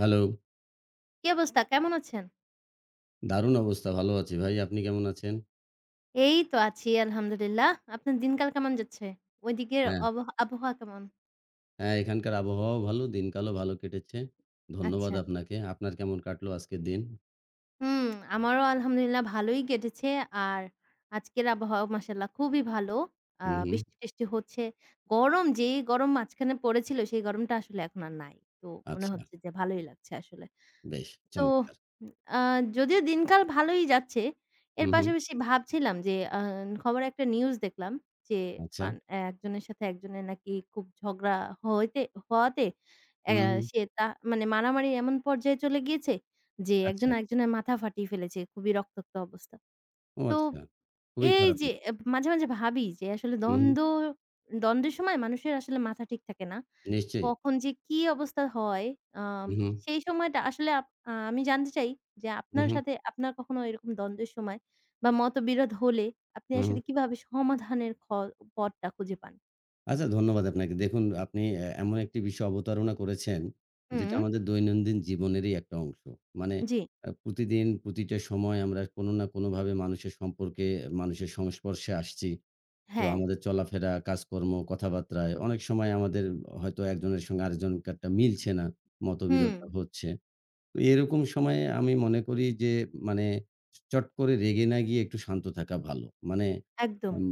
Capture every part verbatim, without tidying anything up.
Hello. কি অবস্থা? কেমন আছেন? দারুণ অবস্থা। ভালো আছি ভাই। আপনি কেমন আছেন? এই তো আছি আলহামদুলিল্লাহ। আপনার দিনকাল কেমন যাচ্ছে? ওইদিকের হ্যাঁ, অবহ আবহাওয়া কেমন? হ্যাঁ, এখানকার আবহাওয়াও ভালো, দিনকালও ভালো কেটেছে। ধন্যবাদ আচ্ছা। আপনাকে। আপনার কেমন কাটলো আজকের দিন? হুম, আমারও আলহামদুলিল্লাহ ভালোই কেটেছে। আর আজকের আবহাওয়া মাশাআল্লাহ খুবই ভালো। আ হুম, হুম। বৃষ্টি-টিষ্টি হচ্ছে। গরম যেই গরম মাঝখানে পড়েছিল সেই গরমটা আসলে এখন আর নাই। তো মনে আচ্ছা, হচ্ছে যে ভালোই লাগছে আসলে। বেশ তো চমৎকার। আ যদিও দিনকাল ভালোই যাচ্ছে। এর হুম, হুম। পাশাপাশি ভাবছিলাম যে আ খবরে একটা নিউজ দেখলাম যে আচ্ছা। আন একজনের সাথে একজনের নাকি খুব ঝগড়া হইতে হওয়াতে অ্যা হুম, হুম। সে তা মানে মারামারি এমন পর্যায়ে চলে গিয়েছে যে একজন আচ্ছা। আরেকজনের মাথা ফাটিয়ে ফেলেছে। খুবই রক্তাক্ত অবস্থা। ও তো আচ্ছা। খুবই এই খারাপ যে দিন। এব মাঝে, মাঝে ভাবি যে আসলে হুম, হুম। দ্বন্দ্ব দ্বন্দ্বের সময় মানুষের আসলে মাথা ঠিক থাকে না। নিশ্চয়ই। কখন যে কি অবস্থা হয় আম হুম, হুম। সেই সময়টা আসলে আপ আ আমি জানতে চাই যে হুম, আপনার হুম। সাথে আপনার কখনো এরকম দ্বন্দ্বের সময় বা মতবিরোধ হলে আপনি হুম, হুম। আসলে কিভাবে সমাধানের খ পথটা খুঁজে পান? আচ্ছা, ধন্যবাদ আপনাকে। দেখুন, আপনি এ এমন একটি বিষয় অবতারণা করেছেন, হুম, যেটা আমাদের দৈনন্দিন জীবনেরই একটা অংশ। মানে জি, আ প্রতিদিন প্রতিটা সময় আমরা কোনো না কোনোভাবে মানুষের সম্পর্কে, মানুষের সংস্পর্শে আসছি। তো হ্যাঁ, আমাদের চলাফেরা, কাজকর্ম, কথাবার্তায় অনেক সময় আমাদের হয়তো একজনের সঙ্গে আরেকজনের কারটা মিলছে না, হুম, মতবিরোধটা হচ্ছে। তো এরকম সময়ে আমি মনে করি যে, মানে, চট করে রেগে না গিয়ে একটু শান্ত থাকা ভালো। মানে একদম। আম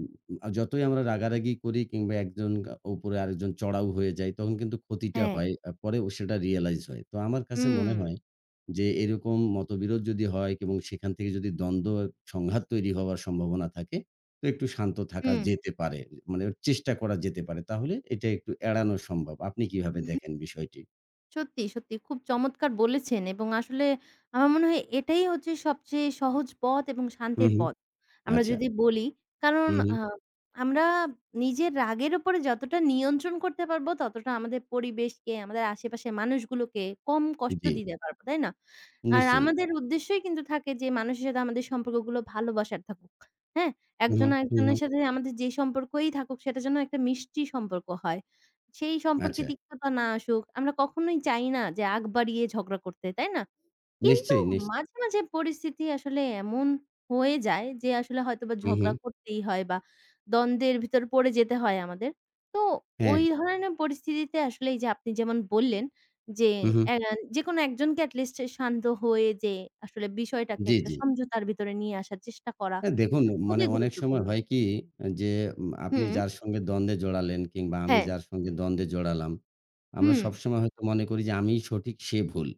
আ যতই আমরা রাগারাগি করি কিংবা একজন আ উপরে আরেকজন চড়াও হয়ে যায় তখন কিন্তু ক্ষতিটা হ্যাঁ, হয়। আ পরে ও সেটা রিয়ালাইজ হয়। তো আমার কাছে হুম, মনে হয় যে এরকম মতবিরোধ যদি হয় এবং সেখান থেকে যদি দ্বন্দ্ব সংঘাত তৈরি হওয়ার সম্ভাবনা থাকে, তো একটু শান্ত থাকা হুম। যেতে পারে। মানে চেষ্টা করা যেতে পারে। তাহলে এটা একটু এড়ানো সম্ভব। আপনি কিভাবে দেখেন বিষয়টি? সত্যি, সত্যি খুব চমৎকার বলেছেন এবং আসলে আমার মনে হয় এটাই হচ্ছে সবচেয়ে সহজ পথ এবং হুম, শান্তির হুম। পথ। আমরা আচ্ছা। যদি বলি কারণ হুম, আ হুম। আমরা নিজের রাগের উপরে যতটা নিয়ন্ত্রণ করতে পারবো ততটা আমাদের পরিবেশকে, আমাদের আশেপাশের মানুষগুলোকে কম কষ্ট জি। দিতে পারবো, তাই না? আর নিশ্চয়ই। আমাদের উদ্দেশ্যই কিন্তু থাকে যে মানুষের সাথে আমাদের সম্পর্কগুলো ভালোবাসার থাকুক। হ্যাঁ? হু, হু, একজন হু, হু। আরেকজনের সাথে আমাদের যে সম্পর্কই থাকুক সেটা যেন একটা মিষ্টি সম্পর্ক হয়। সেই সম্পর্কে আচ্ছা। তিক্ততা না আসুক। আমরা কখনোই চাই না যে আগ বাড়িয়ে ঝগড়া করতে, তাই না? কিন্তু নিশ্চয়ই, নিশ মাঝে, মাঝে পরিস্থিতি আসলে এমন হয়ে যায় যে আসলে হয়তোবা হু, হু। ঝগড়া করতেই হয় বা দ্বন্দ্বের ভিতর পড়ে যেতে হয় আমাদের। তো হ্যাঁ। ওই ধরনের পরিস্থিতিতে আসলে এই যে আপনি যেমন বললেন যে হু, হু। অ্যা যেকোনো একজনকে at least শান্ত হয়ে যে আসলে বিষয়টাকে জি, একটা জি। সমঝোতার ভিতরে নিয়ে আসার চেষ্টা করা, হ্যাঁ, দেখুন, এটা মানে খুবই অনেক সময় গুরুত্বপূর্ণ। হয় কি, যে উম আপনি হুম, যার সঙ্গে দ্বন্দ্বে জড়ালেন কিংবা আমি হ্যাঁ, যার সঙ্গে দ্বন্দ্বে জড়ালাম, আমরা হুম, সবসময় হয়তো মনে করি যে আমিই সঠিক, সে ভুল।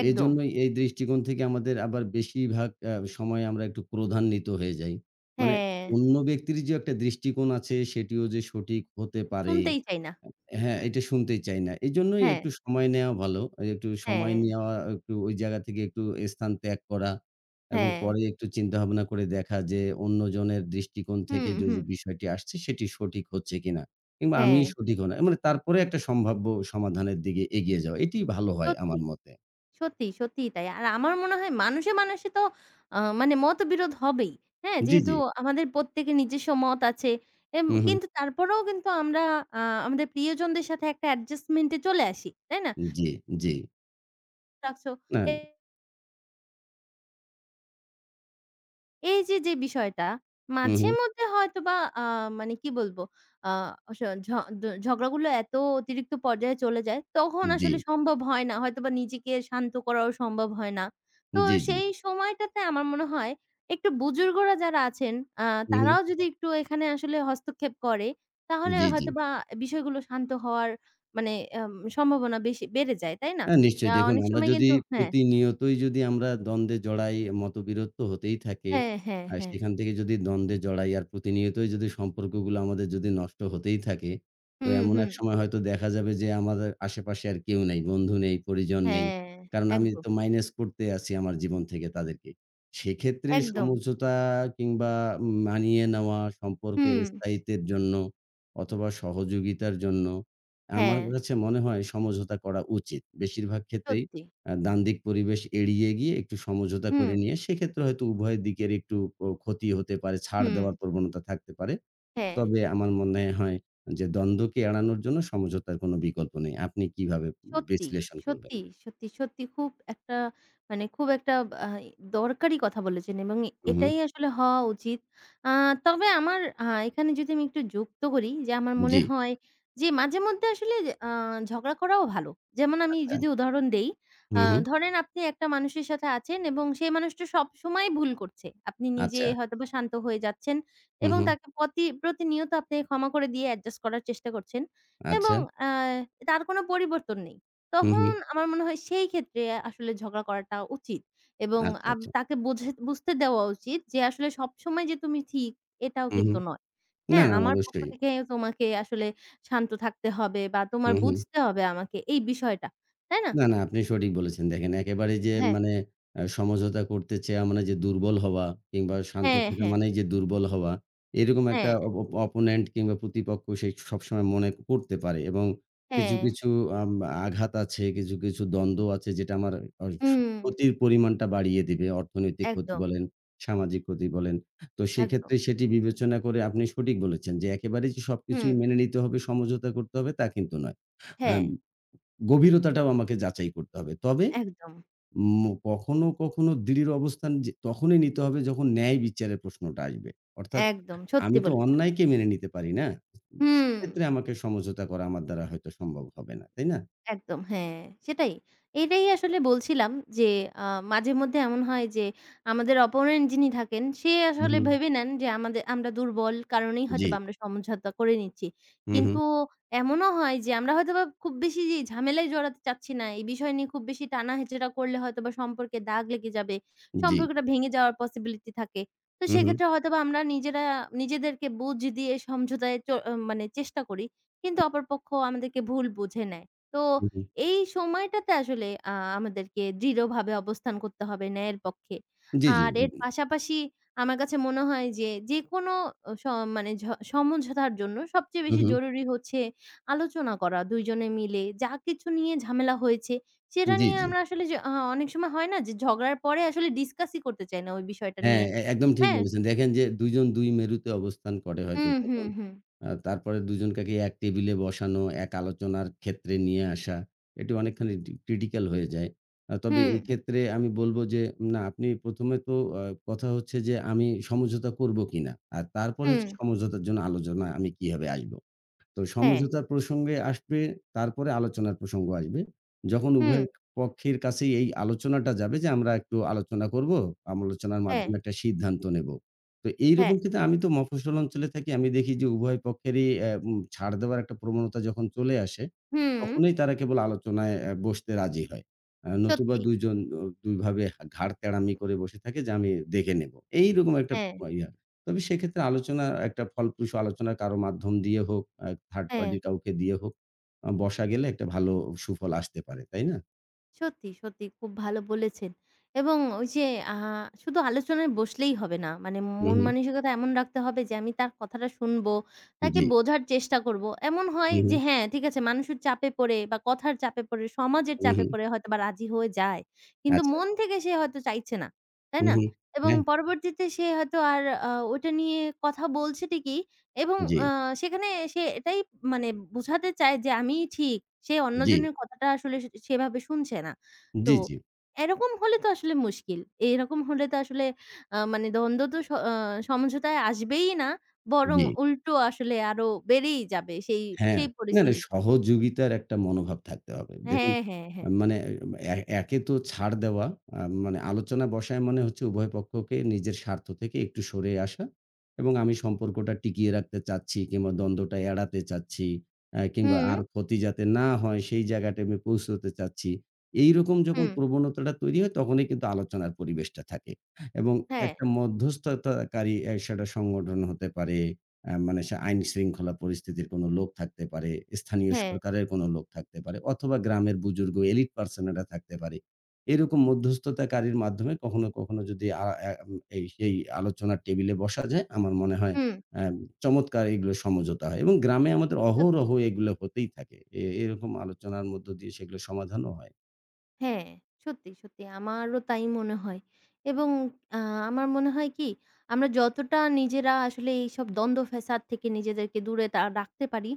একদম। এজন্যই এই দৃষ্টিকোণ থেকে আমাদের আবার বেশিরভাগ আ সময় আমরা একটু ক্রোধান্বিত হয়ে যাই। মানে হ্যাঁ, অন্য ব্যক্তির যে একটা দৃষ্টিকোণ আছে সেটিও যে সঠিক হতে পারে শুনতেই চাই না। আ হ্যাঁ, এটা শুনতেই চাই না। এজন্যই হ্যাঁ, একটু সময় নেওয়া ভালো। এই একটু সময় হ্যাঁ, নেওয়া, একটু ওই জায়গা থেকে একটু স্থান ত্যাগ করা এবং হ্যাঁ। পরে একটু চিন্তাভাবনা করে দেখা যে অন্যজনের দৃষ্টিকোণ হুম, থেকে যদি হুম। বিষয়টি আসছে সেটি সঠিক হচ্ছে কিনা, কিংবা আমি হ্যাঁ, সঠিক হনা, মানে তারপরে একটা সম্ভাব্য সমাধানের দিকে এগিয়ে যাওয়া। এটিই ভালো হয় সত্যি, আমার মতে। সত্যি, সত্যিই তাই। আর আমার মনে হয় মানুষে, মানুষে তো আ মানে মতবিরোধ হবেই। হ্যাঁ, জি, যেহেতু জি। আমাদের প্রত্যেকের নিজস্ব মত আছে। এম হু, হু। কিন্তু তারপরেও কিন্তু আমরা আ আমাদের প্রিয়জনদের সাথে একটা অ্যাডজাস্টমেন্ট এ চলে আসি। তাই না? জি, জি। রাখছো। না, এ এই যে, যে বিষয়টা হু, মাঝে হু। মধ্যে হয়তোবা আ মানে কি বলবো? আ স ঝ দ ঝগড়াগুলো এত অতিরিক্ত পর্যায়ে চলে যায়, তখন জি, আসলে সম্ভব হয় না। হয়তোবা নিজেকে শান্ত করাও সম্ভব হয় না। তো জি, জি। সেই সময়টাতে আমার মনে হয় একটু বুজুর্গরা যারা আছেন, আ হু, হু। তারাও যদি একটু এখানে আসলে হস্তক্ষেপ করে, তাহলে জি, জি। হয়তোবা বিষয়গুলো শান্ত হওয়ার মানে আম সম্ভাবনা বেশি বেড়ে যায়, তাই না? হ্যাঁ, আ নিশ্চয়ই। দেখুন, অনেক আমরা সময় যদি কিন্তু হ্যাঁ, প্রতিনিয়তই যদি আমরা দ্বন্দ্বে জড়াই, মতবিরোধ তো হতেই থাকে। হ্যাঁ, হ্যাঁ, আর হ্যাঁ। সেখান থেকে যদি দ্বন্দ্বে জড়াই আর প্রতিনিয়তই যদি সম্পর্কগুলো আমাদের যদি নষ্ট হতেই থাকে, তো হুম, এমন হুম। এক সময় হয়তো দেখা যাবে যে আমাদের আশেপাশে আর কেউ নেই, বন্ধু নেই, পরিজন নেই। হ্যাঁ, কারণ আমি একদম। তো মাইনাস করতে আছি আমার জীবন থেকে তাদেরকে। সেক্ষেত্রে একদম। সমঝোতা কিংবা মানিয়ে নেওয়া সম্পর্কের হুম, স্থায়িত্বের জন্য অথবা সহযোগিতার জন্য হ্যাঁ, আমার কাছে মনে হয় সমঝোতা করা উচিত। বেশিরভাগ ক্ষেত্রেই সত্যি। আ দ্বান্দ্বিক পরিবেশ এড়িয়ে গিয়ে একটু সমঝোতা হুম, করে নিয়ে সেক্ষেত্রে হয়তো উভয় দিকের একটু ও ক্ষতি হতে পারে, ছাড় হুম, দেওয়ার প্রবণতা থাকতে পারে। হ্যাঁ। তবে আমার মনে হয় যে দ্বন্দ্বকে এড়ানোর জন্য সমঝোতার কোনো বিকল্প নেই। আপনি কিভাবে সত্যি, বিশ্লেষণ করবেন? সত্যি, সত্যি, সত্যি খুব একটা মানে খুব একটা আ দরকারি কথা বলেছেন এবং হু, হু। এটাই আসলে হওয়া উচিত। আ তবে আমার আ এখানে যদি আমি একটু যুক্ত করি যে আমার মনে জি, হয় যে মাঝেমধ্যে আসলে আ ঝগড়া করাও ভালো। যেমন আমি আচ্ছা। যদি উদাহরণ দেই, আ হু, হু। ধরেন আপনি একটা মানুষের সাথে আছেন এবং সেই মানুষটা সবসময় ভুল করছে। আপনি নিজে আচ্ছা। হয়তোবা শান্ত হয়ে যাচ্ছেন হু, এবং হু। তাকে পতি প্রতিনিয়ত আপনি ক্ষমা করে দিয়ে অ্যাডজাস্ট করার চেষ্টা করছেন। এবং আচ্ছা। আ তার কোনো পরিবর্তন নেই। হু, হু। তখন আমার মনে হয় সেই ক্ষেত্রে আসলে ঝগড়া করাটা উচিত এবং আচ্ছা, আব আচ্ছা। তাকে বোঝে বুঝতে দেওয়া উচিত যে আসলে সবসময় যে তুমি ঠিক এটাও হু, হু। কিন্তু নয়। না, হ্যাঁ, না, আমার পক্ষ অবশ্যই। থেকে তোমাকে আসলে শান্ত থাকতে হবে বা হু, তোমার হু। বুঝতে হবে আমাকে এই বিষয়টা। তাই না? না, না, আপনি সঠিক বলেছেন। দেখেন, একেবারে যে, হ্যাঁ, মানে আ সমঝোতা করতে চেয়ে, মানে যে দুর্বল হওয়া কিংবা শান্ত হ্যাঁ, থাকা হ্যাঁ, মানেই যে দুর্বল হওয়া, এরকম একটা হ্যাঁ, অপ অপ অপোনেন্ট কিংবা প্রতিপক্ষ সে সবসময় মনে করতে পারে এবং কিছু, হ্যাঁ। কিছু আম আঘাত আছে, কিছু, কিছু দ্বন্দ্ব আছে যেটা আমার অ হুম, ক্ষতির পরিমাণটা বাড়িয়ে দিবে। অর্থনৈতিক ক্ষতি একদম, বলেন, সামাজিক ক্ষতি বলেন। তো একদম। সেক্ষেত্রে সেটি বিবেচনা করে আপনি সঠিক বলেছেন যে একেবারেই যে হুম, সবকিছুই মেনে নিতে হবে, সমঝোতা করতে হবে তা কিন্তু নয়। হ্যাঁ, আম গভীরতাটাও আমাকে যাচাই করতে হবে। তবে একদম, উম কখনো, কখনো দৃঢ় অবস্থান যে তখনই নিতে হবে যখন ন্যায় বিচারের প্রশ্নটা আসবে। অর্থাৎ একদম। সত্যি আমি তো বলেছেন। অন্যায়কে মেনে নিতে পারি না। হুম। সেক্ষেত্রে আমাকে সমঝোতা করা আমার দ্বারা হয়তো সম্ভব হবে না। তাই না? একদম হ্যাঁ, সেটাই। এটাই আসলে বলছিলাম যে আ মাঝেমধ্যে এমন হয় যে আমাদের অপোনেন্ট যিনি থাকেন সে হুম, আসলে হুম। ভেবে নেন যে আমাদের আমরা দুর্বল কারণেই জি। হয়তোবা আমরা সমঝোতা করে নিচ্ছি। হু, হু। কিন্তু এমনও হয় যে আমরা হয়তোবা খুব বেশি যে ঝামেলায় জড়াতে চাচ্ছি না। এই বিষয় নিয়ে খুব বেশি টানাহেচড়া করলে হয়তোবা সম্পর্কে দাগ লেগে যাবে। জি। সম্পর্কটা ভেঙে যাওয়ার পসিবিলিটি থাকে। তো হু, হু। সেক্ষেত্রে হয়তোবা আমরা নিজেরা নিজেদেরকে বুঝ দিয়ে সমঝোতায় চ মানে চেষ্টা করি। কিন্তু অপরপক্ষ আমাদেরকে ভুল বুঝে নেয়। তো হু, হু। এই সময়টাতে আসলে আ আমাদেরকে দৃঢ়ভাবে অবস্থান করতে হবে ন্যায়ের পক্ষে। জি, আর এর জি। পাশাপাশি আমার কাছে মনে হয় যে, যেকোনো অ স মানে ঝ সমঝোতার জন্য সবচেয়ে হু, বেশি হু। জরুরি হচ্ছে আলোচনা করা দুই জনে মিলে। যা কিছু নিয়ে ঝামেলা হয়েছে, সেটা জি, নিয়ে জি। আমরা আসলে যে আ অনেক সময় হয় না যে ঝগড়ার পরে আসলে ডিসকাসই করতে চাই না ওই বিষয়টা হ্যাঁ, নিয়ে। এ একদম ঠিক হ্যাঁ? বলেছেন। দেখেন, যে দুই জন দুই মেরুতে অবস্থান করে হয়তো হুম, হুম, তখন। হুম। আ তারপরে দুই জনকে এক টেবিলে বসানো, এক আলোচনার ক্ষেত্রে নিয়ে আসা, এটি অনেকখানি ডি ক্রিটিক্যাল হয়ে যায়। আ তবে হুম, এক্ষেত্রে আমি বলব যে না, আপনি ১ম এ তো আ কথা হচ্ছে যে আমি সমঝোতা করব কিনা? আর তারপরে হুম। হচ্ছে সমঝোতার জন্য আলোচনা আমি কিভাবে আসব? তো হ্যাঁ। সমঝোতার প্রসঙ্গে আসবে, তারপরে আলোচনার প্রসঙ্গ আসবে। যখন হুম। উভয়ের পক্ষের কাছেই এই আলোচনাটা যাবে যে, আমরা একটু আলোচনা করব, আলোচনার হ্যাঁ, মাধ্যমে একটা সিদ্ধান্ত নেব। তো হ্যাঁ। এইরকম কিন্তু, আমি তো মফস্বল অঞ্চলে থাকি। আমি দেখি যে উভয় পক্ষেরই অ্যা উম ছাড় দেওয়ার একটা প্রবণতা যখন চলে আসে, হুম। তখনই তারা কেবল আলোচনায় অ্যা বসতে রাজি হয়। আ নতুবা সত্যি। দুই জন অ দুই ভাবে হা ঘাড় তেড়ামি করে বসে থাকে যে, "আমি দেখে নেব।" এইরকম একটা হ্যাঁ, ইয়া তবে সেক্ষেত্রে আলোচনা, একটা ফলপ্রসূ আলোচনা কারো মাধ্যম দিয়ে হোক, আ থার্ড হ্যাঁ। পার্টি কাউকে দিয়ে হোক, আ বসা গেলে একটা ভালো সুফল আসতে পারে, তাই না? সত্যি, সত্যি খুব ভালো বলেছেন। এবং ওই যে আ শুধু আলোচনায় বসলেই হবে না। মানে হু, মন হু। মানসিকতা এমন রাখতে হবে যে আমি তার কথাটা শুনবো, তাকে জি। বোঝার চেষ্টা করব। এমন হয় হু, হু। যে হ্যাঁ, ঠিক আছে মানুষের চাপে পড়ে বা কথার চাপে পড়ে, সমাজের হু, চাপে হু। পড়ে হয়তোবা রাজি হয়ে যায়। কিন্তু আচ্ছা। মন থেকে সে হয়তো চাইছে না। তাই হু, না? হু। এবং হ্যাঁ। পরবর্তীতে সে হয়তো আর আ ওটা নিয়ে কথা বলছে ঠিকই এবং জি, আ সেখানে সে এটাই মানে বোঝাতে চায় যে আমিই ঠিক। সে জি, অন্যজনের কথাটা আসলে সে সেভাবে শুনছে না। তো জি, জি, এরকম হলে তো আসলে মুশকিল। এরকম হলে তো আসলে আ মানে দ্বন্দ্ব তো স আ সমঝোতায় আসবেই না। বরং জি। উল্টো আসলে আরো বেড়েই যাবে সেই হ্যাঁ, সেই না, না, পরিস্থিতিতে। সহযোগিতার একটা মনোভাব থাকতে হবে। দেখুন, হ্যাঁ, হ্যাঁ, হ্যাঁ। আহ, মানে এ একে তো ছাড় দেওয়া, আ মানে আলোচনা বসায় মানে হচ্ছে উভয় পক্ষকে নিজের স্বার্থ থেকে একটু সরে আসা এবং আমি সম্পর্কটা টিকিয়ে রাখতে চাচ্ছি কিংবা দ্বন্দ্বটা এড়াতে চাচ্ছি আ কিংবা হুম, আর ক্ষতি যাতে না হয় সেই জায়গাটায় আমি পৌঁছতে চাচ্ছি। এইরকম যখন হুম। প্রবণতাটা তৈরি হয় তখনই কিন্তু আলোচনার পরিবেশটা থাকে এবং হ্যাঁ, একটা মধ্যস্থতাকারী, এ সেটা সংগঠন হতে পারে, অ্যা মানে সে আইনশৃঙ্খলা পরিস্থিতির কোনো লোক থাকতে পারে, স্থানীয় হ্যাঁ। সরকারের কোনো লোক থাকতে পারে অথবা গ্রামের বুজুর্গ এলিট পার্সনেরা থাকতে পারে। এরকম মধ্যস্থতাকারীর মাধ্যমে কখনো, কখনো যদি আ অ্যা উম এই সেই আলোচনার টেবিলে বসা যায়, আমার মনে হয় হুম, অ্যা চমৎকার এগুলো সমঝোতা হয় এবং গ্রামে আমাদের সত্যি। অহরহ এগুলো হতেই থাকে। এ এরকম আলোচনার মধ্য দিয়ে সেগুলো সমাধানও হয়। হ্যাঁ, সত্যি, সত্যি আমারও তাই মনে হয় এবং আ আমার মনে হয় কি আমরা যতটা নিজেরা আসলে এইসব দ্বন্দ্ব ফ্যাসাদ থেকে নিজেদেরকে দূরে তা রাখতে পারি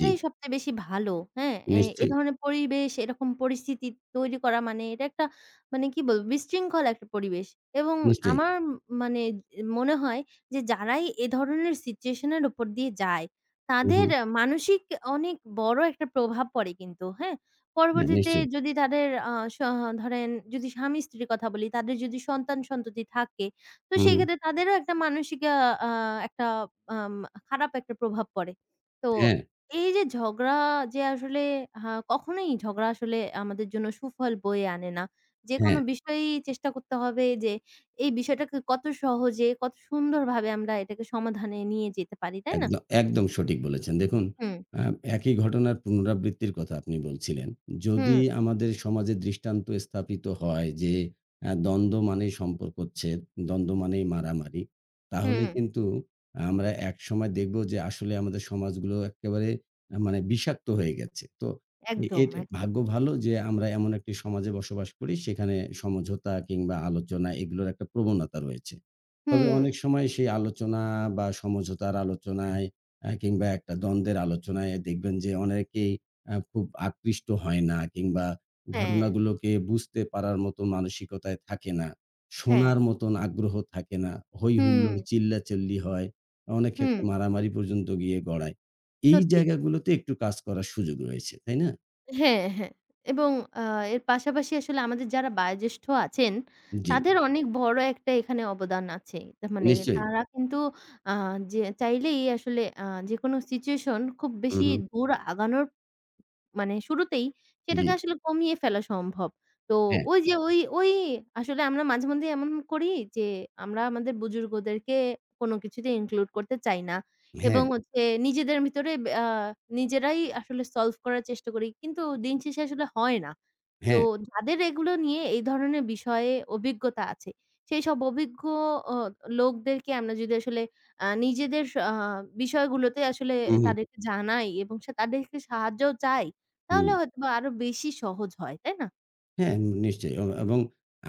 জি, সবচেয়ে বেশি ভালো। হ্যাঁ? এ এ নিশ্চয়ই, ধরনের পরিবেশ এরকম পরিস্থিতি তৈরি করা মানে এটা একটা মানে কি বলব বিশৃঙ্খল একটা পরিবেশ এবং নিশ্চয়ই। আমার উম মানে মনে হয় যে যারাই এ ধরনের সিচুয়েশন এর উপর দিয়ে যায় হু, হু। তাদের মানসিক অনেক বড় একটা প্রভাব পড়ে কিন্তু। হ্যাঁ? হ্যাঁ, পরবর্তীতে নিশ্চয়ই। যদি তাদের আ স ধরেন যদি স্বামী-স্ত্রীর কথা বলি, তাদের যদি সন্তান-সন্ততি থাকে, তো হু, হু। সেক্ষেত্রে তাদেরও একটা মানসিক আ আ একটা আম খারাপ একটা প্রভাব পড়ে। তো হ্যাঁ, এই যে ঝগড়া যে আসলে হা কখনোই ঝগড়া আসলে আমাদের জন্য সুফল বয়ে আনে না। যেকোনো হ্যাঁ। বিষয়েই চেষ্টা করতে হবে যে এই বিষয়টাকে কত সহজে, কত সুন্দরভাবে আমরা এটাকে সমাধানে নিয়ে যেতে পারি, তাই না? একদ একদম সঠিক বলেছেন। দেখুন, হুম, আ একই ঘটনার পুনরাবৃত্তির কথা আপনি বলছিলেন। হুম, যদি আমাদের সমাজে দৃষ্টান্ত স্থাপিত হয় যে আ দ্বন্দ্ব মানেই সম্পর্কচ্ছেদ, দ্বন্দ্ব মানেই মারামারি। তাহলে হুম। কিন্তু আমরা একসময় দেখব যে আসলে আমাদের সমাজগুলো একেবারে আ মানে বিষাক্ত হয়ে গেছে। তো এ একদম, এট একদম। ভাগ্য ভালো যে আমরা এমন একটি সমাজে বসবাস করি সেখানে সমঝোতা কিংবা আলোচনা এগুলোর একটা প্রবণতা রয়েছে। তবে হুম। অনেক সময় সেই আলোচনা, বা সমঝোতার আলোচনায়, আ কিংবা একটা দ্বন্দ্বের আলোচনায় দেখবেন যে অনেকেই আ খুব আকৃষ্ট হয় না কিংবা হ্যাঁ, ঘটনাগুলোকে বুঝতে পারার মতো মানসিকতায় থাকে না। হ্যাঁ। শোনার মতন আগ্রহ থাকে না। হুম, হই-হুল্লোড়, চিল্লাচিল্লি হয়। অনেক হুম, ক্ষেত্রে মারামারি পর্যন্ত গিয়ে গড়ায়। এই সত্যি। জায়গাগুলোতে একটু কাজ করার সুযোগ রয়েছে, তাই না? হ্যাঁ, হ্যাঁ। এবং আ এর পাশাপাশি আসলে আমাদের যারা বয়োজ্যেষ্ঠ আছেন, জি, তাদের অনেক বড় একটা এখানে অবদান আছে। তার মানে নিশ্চয়ই। তারা কিন্তু আ যে চাইলেই আসলে আ যেকোনো সিচুয়েশন খুব হু, বেশি হু। দূর আগানোর মানে শুরুতেই জি। সেটাকে আসলে কমিয়ে ফেলা সম্ভব। তো হ্যাঁ, ওই যে ওই ওই আসলে আমরা মাঝে মধ্যেই এমন করি যে আমরা আমাদের বুজুর্গদেরকে কোনো কিছুতে ইনক্লুড করতে চাই না এবং হ্যাঁ, হচ্ছে নিজেদের ভিতরে আ নিজেরাই আসলে সলভ করার চেষ্টা করি। কিন্তু দিন শেষে আসলে হয় না। তো হ্যাঁ। যাদের এগুলো নিয়ে এই ধরনের বিষয়ে অভিজ্ঞতা আছে, সেই সব অভিজ্ঞ অ লোকদেরকে আমরা যদি আসলে আ নিজেদের আ বিষয়গুলোতে আসলে হু, হু, তাদেরকে জানাই এবং সে তাদেরকে সাহায্যও চাই। হুম। তাহলে হয়তোবা আরো বেশি সহজ হয়, তাই না? হ্যাঁ, নিশ্চয়ই। এব এবং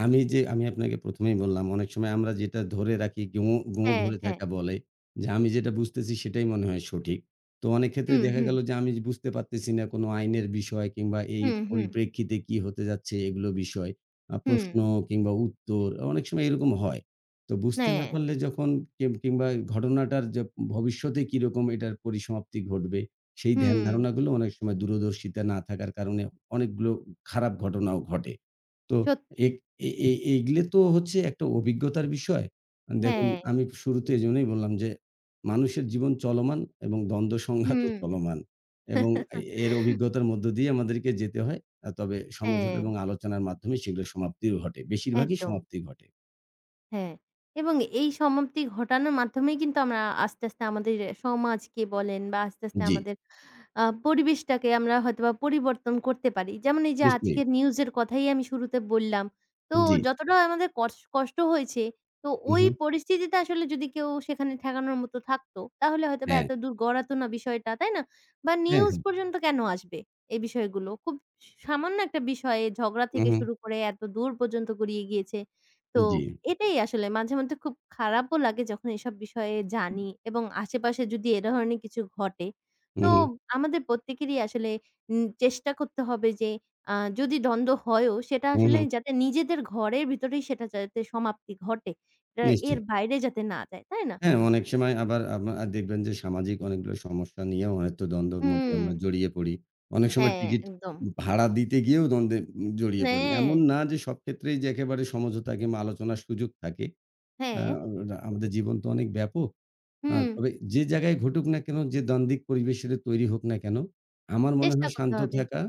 আমি যে, আমি আপনাকে প্রথম এই বললাম, অনেক সময় আমরা যেটা ধরে রাখি, গোঁ গোঁ হ্যাঁ, ধরে হ্যাঁ। থাকা বলে, যে, আমি যেটা বুঝতেছি সেটাই মনে হয় সঠিক। তো অনেক ক্ষেত্রে হুম, দেখা হুম, গেল যে, আমি বুঝতে পারতেছি না কোনো আইনের বিষয় কিংবা এই হুম, হুম, পরিপ্রেক্ষিতে কি হতে যাচ্ছে এগুলো বিষয়। আ হুম, প্রশ্ন কিংবা উত্তর অনেক সময় এরকম হয়। তো বুঝতে না হ্যাঁ, পারলে, যখন কিম কিংবা ঘটনাটার যে ভবিষ্যতে কিরকম এটার পরিসমাপ্তি ঘটবে, সেই ধ্যান হুম। ধারণাগুলো অনেক সময় দূরদর্শিতা না থাকার কারণে অনেকগুলো খারাপ ঘটনাও ঘটে। তো সত্যি। এগ এ এ এগুলো তো হচ্ছে একটা অভিজ্ঞতার বিষয়। দেখুন, হ্যাঁ, আমি শুরুতে এজন্যই বললাম যে, মানুষের জীবন চলমান এবং দ্বন্দ্ব সংঘাতও হুম। চলমান এবং এ এর অভিজ্ঞতার মধ্য দিয়ে আমাদেরকে যেতে হয়। আ তবে হ্যাঁ, সমঝোতা এবং আলোচনার মাধ্যমে সেগুলো সমাপ্তিও ঘটে। বেশিরভাগই একদম। সমাপ্তি ঘটে। হ্যাঁ, এবং এই সমাপ্তি ঘটানোর মাধ্যমেই কিন্তু আমরা আস্তে, আস্তে আমাদের সমাজকে বলেন বা আস্তে, আস্তে জি, আমাদের আ পরিবেশটাকে আমরা হয়তোবা পরিবর্তন করতে পারি। যেমন এই যে নিশ্চয়ই। আজকের নিউজের কথাই আমি শুরুতে বললাম। তো জি। যতটা আমাদের কস কষ্ট হয়েছে, তো হু, ওই হু। পরিস্থিতিতে আসলে যদি কেউ সেখানে ঠেকানোর মতো থাকতো, তাহলে হয়তোবা হ্যাঁ, এত দূর গড়াতো না বিষয়টা, তাই না? বা হ্যাঁ, নিউজ হ্যাঁ। পর্যন্ত কেন আসবে এই বিষয়গুলো? খুব সামান্য একটা বিষয়ে ঝগড়া হু, থেকে হু। শুরু করে এত দূর পর্যন্ত গড়িয়ে গিয়েছে। তো জি। এটাই আসলে মাঝে মধ্যে খুব খারাপও লাগে যখন এসব বিষয়ে জানি এবং আশেপাশে যদি এ ধরনের কিছু ঘটে। হু, তো হু। আমাদের প্রত্যেকেরই আসলে উম চেষ্টা করতে হবে যে আ যদি দ্বন্দ্ব হয়ও সেটা হু, আসলে হু। যাতে নিজেদের ঘরের ভিতরেই সেটা যাতে সমাপ্তি ঘটে। এটা এর নিশ্চয়ই। বাইরে যাতে না যায়, তাই না? হ্যাঁ, অনেক সময় আবার আমা দেখবেন যে সামাজিক অনেকগুলো সমস্যা নিয়েও হয়তো দ্বন্দ্বের মধ্যে হুম, আমরা জড়িয়ে পড়ি। অনেক সময় হ্যাঁ, টিকিট একদম। ভাড়া দিতে গিয়েও দ্বন্দ্বে উম জড়িয়ে পড়ি। হ্যাঁ, এমন না যে সব ক্ষেত্রেই যে একেবারে সমঝোতা কিংবা আলোচনার সুযোগ থাকে। আ হ্যাঁ, আমাদের জীবন তো অনেক ব্যাপক। আ হুম, তবে যে জায়গায় ঘটুক না কেন, যে দ্বান্দ্বিক পরিবেশের তৈরি হোক না কেন, আমার মনে চেষ্টা হয় করতে শান্ত হবে। থাকা,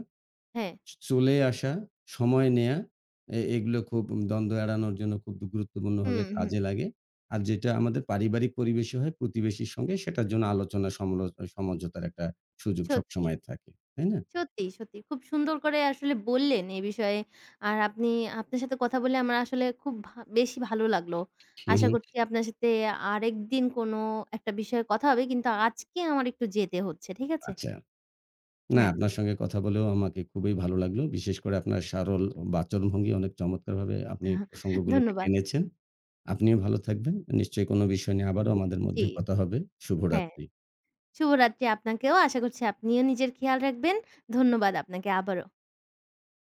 হ্যাঁ, চলে আসা, সময় নেয়া, এ এগুলো খুব, দ্বন্দ্ব এড়ানোর জন্য খুব গুরুত্বপূর্ণভাবে হুম, হুম, কাজে লাগে। আর যেটা আমাদের পারিবারিক পরিবেশে হয় প্রতিবেশীর সঙ্গে, সেটার জন্য আলোচনা সমলো সমঝোতার একটা সুযোগ সত্যি। সবসময় থাকে। তাই না? সত্যি, সত্যি। খুব সুন্দর করে আসলে বললেন এ বিষয়ে। আর আপনি আপনার সাথে কথা বলে আমার আসলে খুব ভা বেশি ভালো লাগলো। জি, হুম, আশা জি। হুম। করছি আপনার সাথে আরেকদিন কোনো একটা বিষয়ে কথা হবে। কিন্তু আজকে আমার একটু যেতে হচ্ছে। ঠিক আছে? আচ্ছা। না, হ্যাঁ। আপনার সঙ্গে কথা বলেও আমাকে খুবই ভালো লাগলো। বিশেষ করে আপনার সারল বাচনভঙ্গি অনেক চমৎকারভাবে আপনি প্রসঙ্গগুলোকে ধন্যবাদ। টেনেছেন। আপনিও ভালো থাকবেন। নিশ্চয়ই কোনো বিষয় নিয়ে আবারও আমাদের জি, মধ্যে কথা হবে। হ্যাঁ। শুভরাত্রি। শুভরাত্রি আপনাকেও। আশা করছি আপনিও নিজের খেয়াল রাখবেন। ধন্যবাদ আপনাকে আবারও।